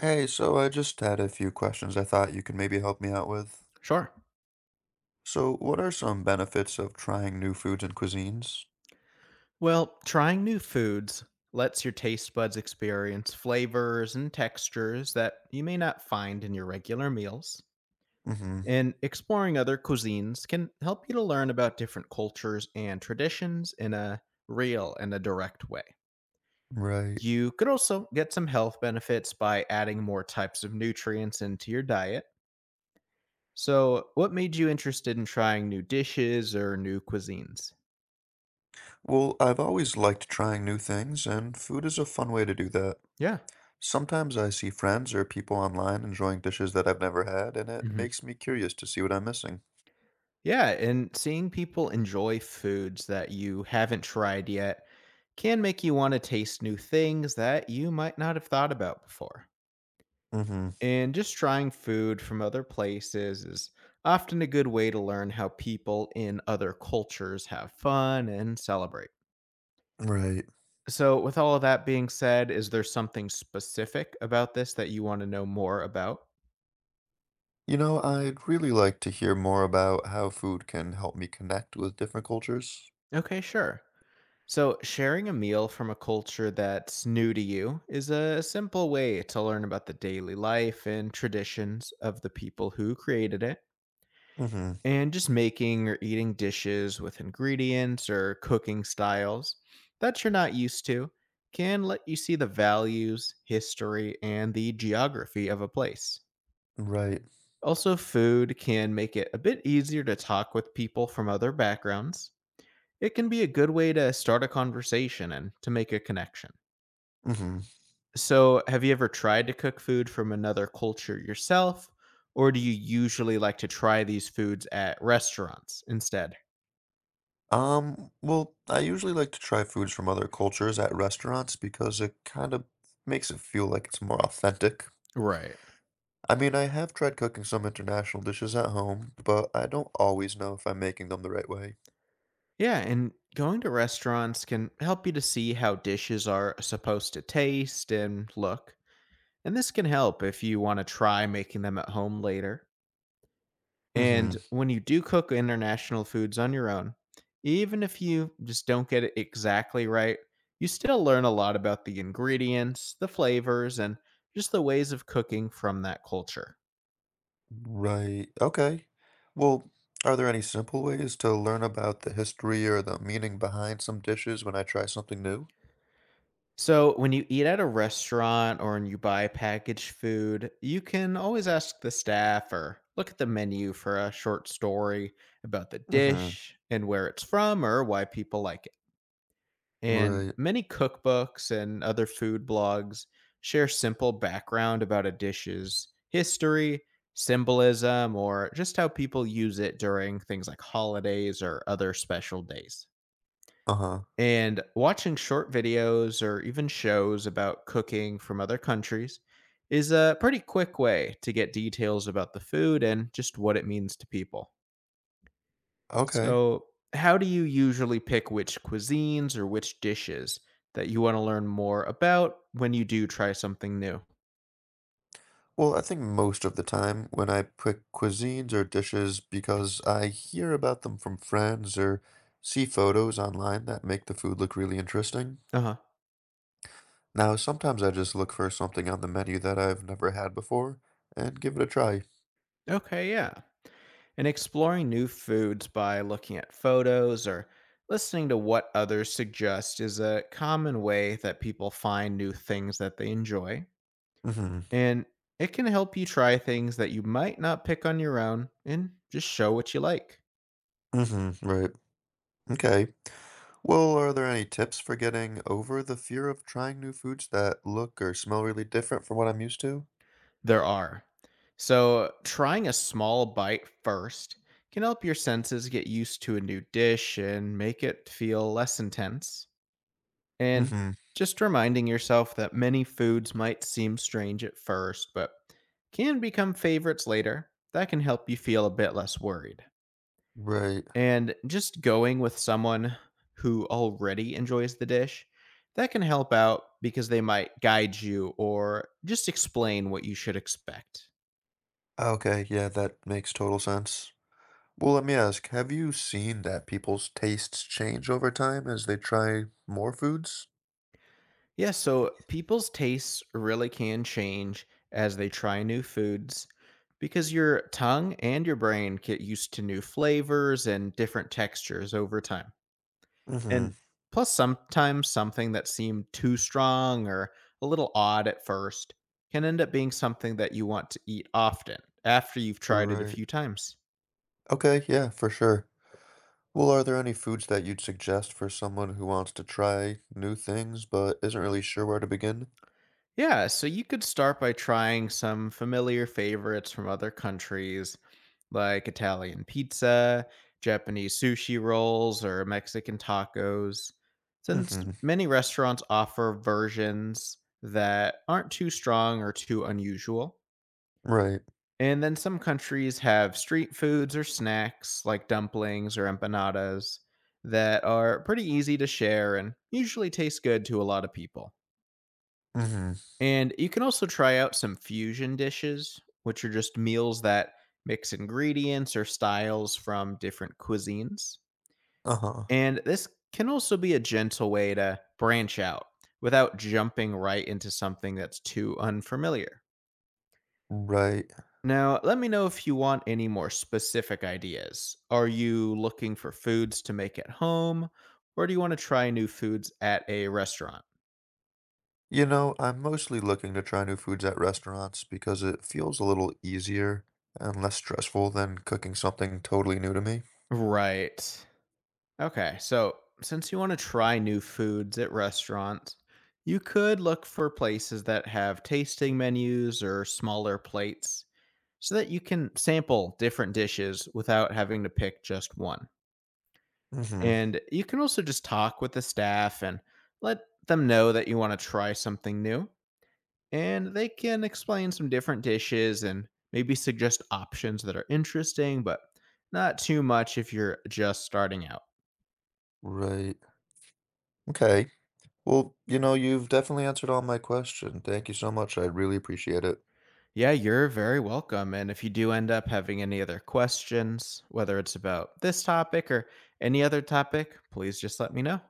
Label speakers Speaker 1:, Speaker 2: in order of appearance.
Speaker 1: Hey, so I just had a few questions I thought you could maybe help me out with.
Speaker 2: Sure.
Speaker 1: So, what are some benefits of trying new foods and cuisines?
Speaker 2: Well, trying new foods lets your taste buds experience flavors and textures that you may not find in your regular meals.
Speaker 1: Mm-hmm.
Speaker 2: And exploring other cuisines can help you to learn about different cultures and traditions in a real and a direct way.
Speaker 1: Right.
Speaker 2: You could also get some health benefits by adding more types of nutrients into your diet. So, what made you interested in trying new dishes or new cuisines?
Speaker 1: Well, I've always liked trying new things, and food is a fun way to do that.
Speaker 2: Yeah.
Speaker 1: Sometimes I see friends or people online enjoying dishes that I've never had, and it
Speaker 2: Mhm.
Speaker 1: makes me curious to see what I'm missing.
Speaker 2: Yeah, and seeing people enjoy foods that you haven't tried yet can make you want to taste new things that you might not have thought about before.
Speaker 1: Mm-hmm.
Speaker 2: And just trying food from other places is often a good way to learn how people in other cultures have fun and celebrate.
Speaker 1: Right.
Speaker 2: So, with all of that being said, is there something specific about this that you want to know more about?
Speaker 1: I'd really like to hear more about how food can help me connect with different cultures.
Speaker 2: Okay, sure. So, sharing a meal from a culture that's new to you is a simple way to learn about the daily life and traditions of the people who created it.
Speaker 1: Mm-hmm.
Speaker 2: And just making or eating dishes with ingredients or cooking styles that you're not used to can let you see the values, history, and the geography of a place.
Speaker 1: Right.
Speaker 2: Also, food can make it a bit easier to talk with people from other backgrounds. It can be a good way to start a conversation and to make a connection.
Speaker 1: Mm-hmm.
Speaker 2: So, have you ever tried to cook food from another culture yourself, or do you usually like to try these foods at restaurants instead?
Speaker 1: Well, I usually like to try foods from other cultures at restaurants because it kind of makes it feel like it's more authentic.
Speaker 2: Right.
Speaker 1: I mean, I have tried cooking some international dishes at home, but I don't always know if I'm making them the right way.
Speaker 2: Yeah, and going to restaurants can help you to see how dishes are supposed to taste and look. And this can help if you want to try making them at home later.
Speaker 1: Mm-hmm.
Speaker 2: And when you do cook international foods on your own, even if you just don't get it exactly right, you still learn a lot about the ingredients, the flavors, and just the ways of cooking from that culture.
Speaker 1: Right. Okay. Well, are there any simple ways to learn about the history or the meaning behind some dishes when I try something new?
Speaker 2: So, when you eat at a restaurant or when you buy packaged food, you can always ask the staff or look at the menu for a short story about the
Speaker 1: Mm-hmm.
Speaker 2: dish and where it's from or why people like it. And
Speaker 1: Right.
Speaker 2: many cookbooks and other food blogs share simple background about a dish's history, symbolism, or just how people use it during things like holidays or other special days.
Speaker 1: Uh-huh.
Speaker 2: And watching short videos or even shows about cooking from other countries is a pretty quick way to get details about the food and just what it means to people.
Speaker 1: Okay.
Speaker 2: So, how do you usually pick which cuisines or which dishes that you want to learn more about when you do try something new?
Speaker 1: Well, I think most of the time when I pick cuisines or dishes because I hear about them from friends or see photos online that make the food look really interesting.
Speaker 2: Uh huh.
Speaker 1: Now, sometimes I just look for something on the menu that I've never had before and give it a try.
Speaker 2: Okay, yeah. And exploring new foods by looking at photos or listening to what others suggest is a common way that people find new things that they enjoy.
Speaker 1: Hmm.
Speaker 2: And it can help you try things that you might not pick on your own and just show what you like.
Speaker 1: Hmm. Right. Okay. Well, are there any tips for getting over the fear of trying new foods that look or smell really different from what I'm used to?
Speaker 2: There are. So, trying a small bite first can help your senses get used to a new dish and make it feel less intense. And
Speaker 1: Hmm.
Speaker 2: just reminding yourself that many foods might seem strange at first, but can become favorites later, that can help you feel a bit less worried.
Speaker 1: Right.
Speaker 2: And just going with someone who already enjoys the dish, that can help out because they might guide you or just explain what you should expect.
Speaker 1: Okay, yeah, that makes total sense. Well, let me ask, have you seen that people's tastes change over time as they try more foods?
Speaker 2: Yeah, so people's tastes really can change as they try new foods because your tongue and your brain get used to new flavors and different textures over time.
Speaker 1: Mm-hmm.
Speaker 2: And plus, sometimes something that seemed too strong or a little odd at first can end up being something that you want to eat often after you've tried it a
Speaker 1: Right.
Speaker 2: few times.
Speaker 1: Okay, yeah, for sure. Well, are there any foods that you'd suggest for someone who wants to try new things but isn't really sure where to begin?
Speaker 2: Yeah, so you could start by trying some familiar favorites from other countries, like Italian pizza, Japanese sushi rolls, or Mexican tacos, since
Speaker 1: Mm-hmm.
Speaker 2: many restaurants offer versions that aren't too strong or too unusual.
Speaker 1: Right.
Speaker 2: And then some countries have street foods or snacks like dumplings or empanadas that are pretty easy to share and usually taste good to a lot of people.
Speaker 1: Mm-hmm.
Speaker 2: And you can also try out some fusion dishes, which are just meals that mix ingredients or styles from different cuisines.
Speaker 1: Uh-huh.
Speaker 2: And this can also be a gentle way to branch out without jumping right into something that's too unfamiliar.
Speaker 1: Right.
Speaker 2: Now, let me know if you want any more specific ideas. Are you looking for foods to make at home, or do you want to try new foods at a restaurant?
Speaker 1: I'm mostly looking to try new foods at restaurants because it feels a little easier and less stressful than cooking something totally new to me.
Speaker 2: Right. Okay, so since you want to try new foods at restaurants, you could look for places that have tasting menus or smaller plates so that you can sample different dishes without having to pick just one.
Speaker 1: Mm-hmm.
Speaker 2: And you can also just talk with the staff and let them know that you want to try something new. And they can explain some different dishes and maybe suggest options that are interesting, but not too much if you're just starting out.
Speaker 1: Right. Okay. Well, you've definitely answered all my questions. Thank you so much. I really appreciate it.
Speaker 2: Yeah, you're very welcome. And if you do end up having any other questions, whether it's about this topic or any other topic, please just let me know.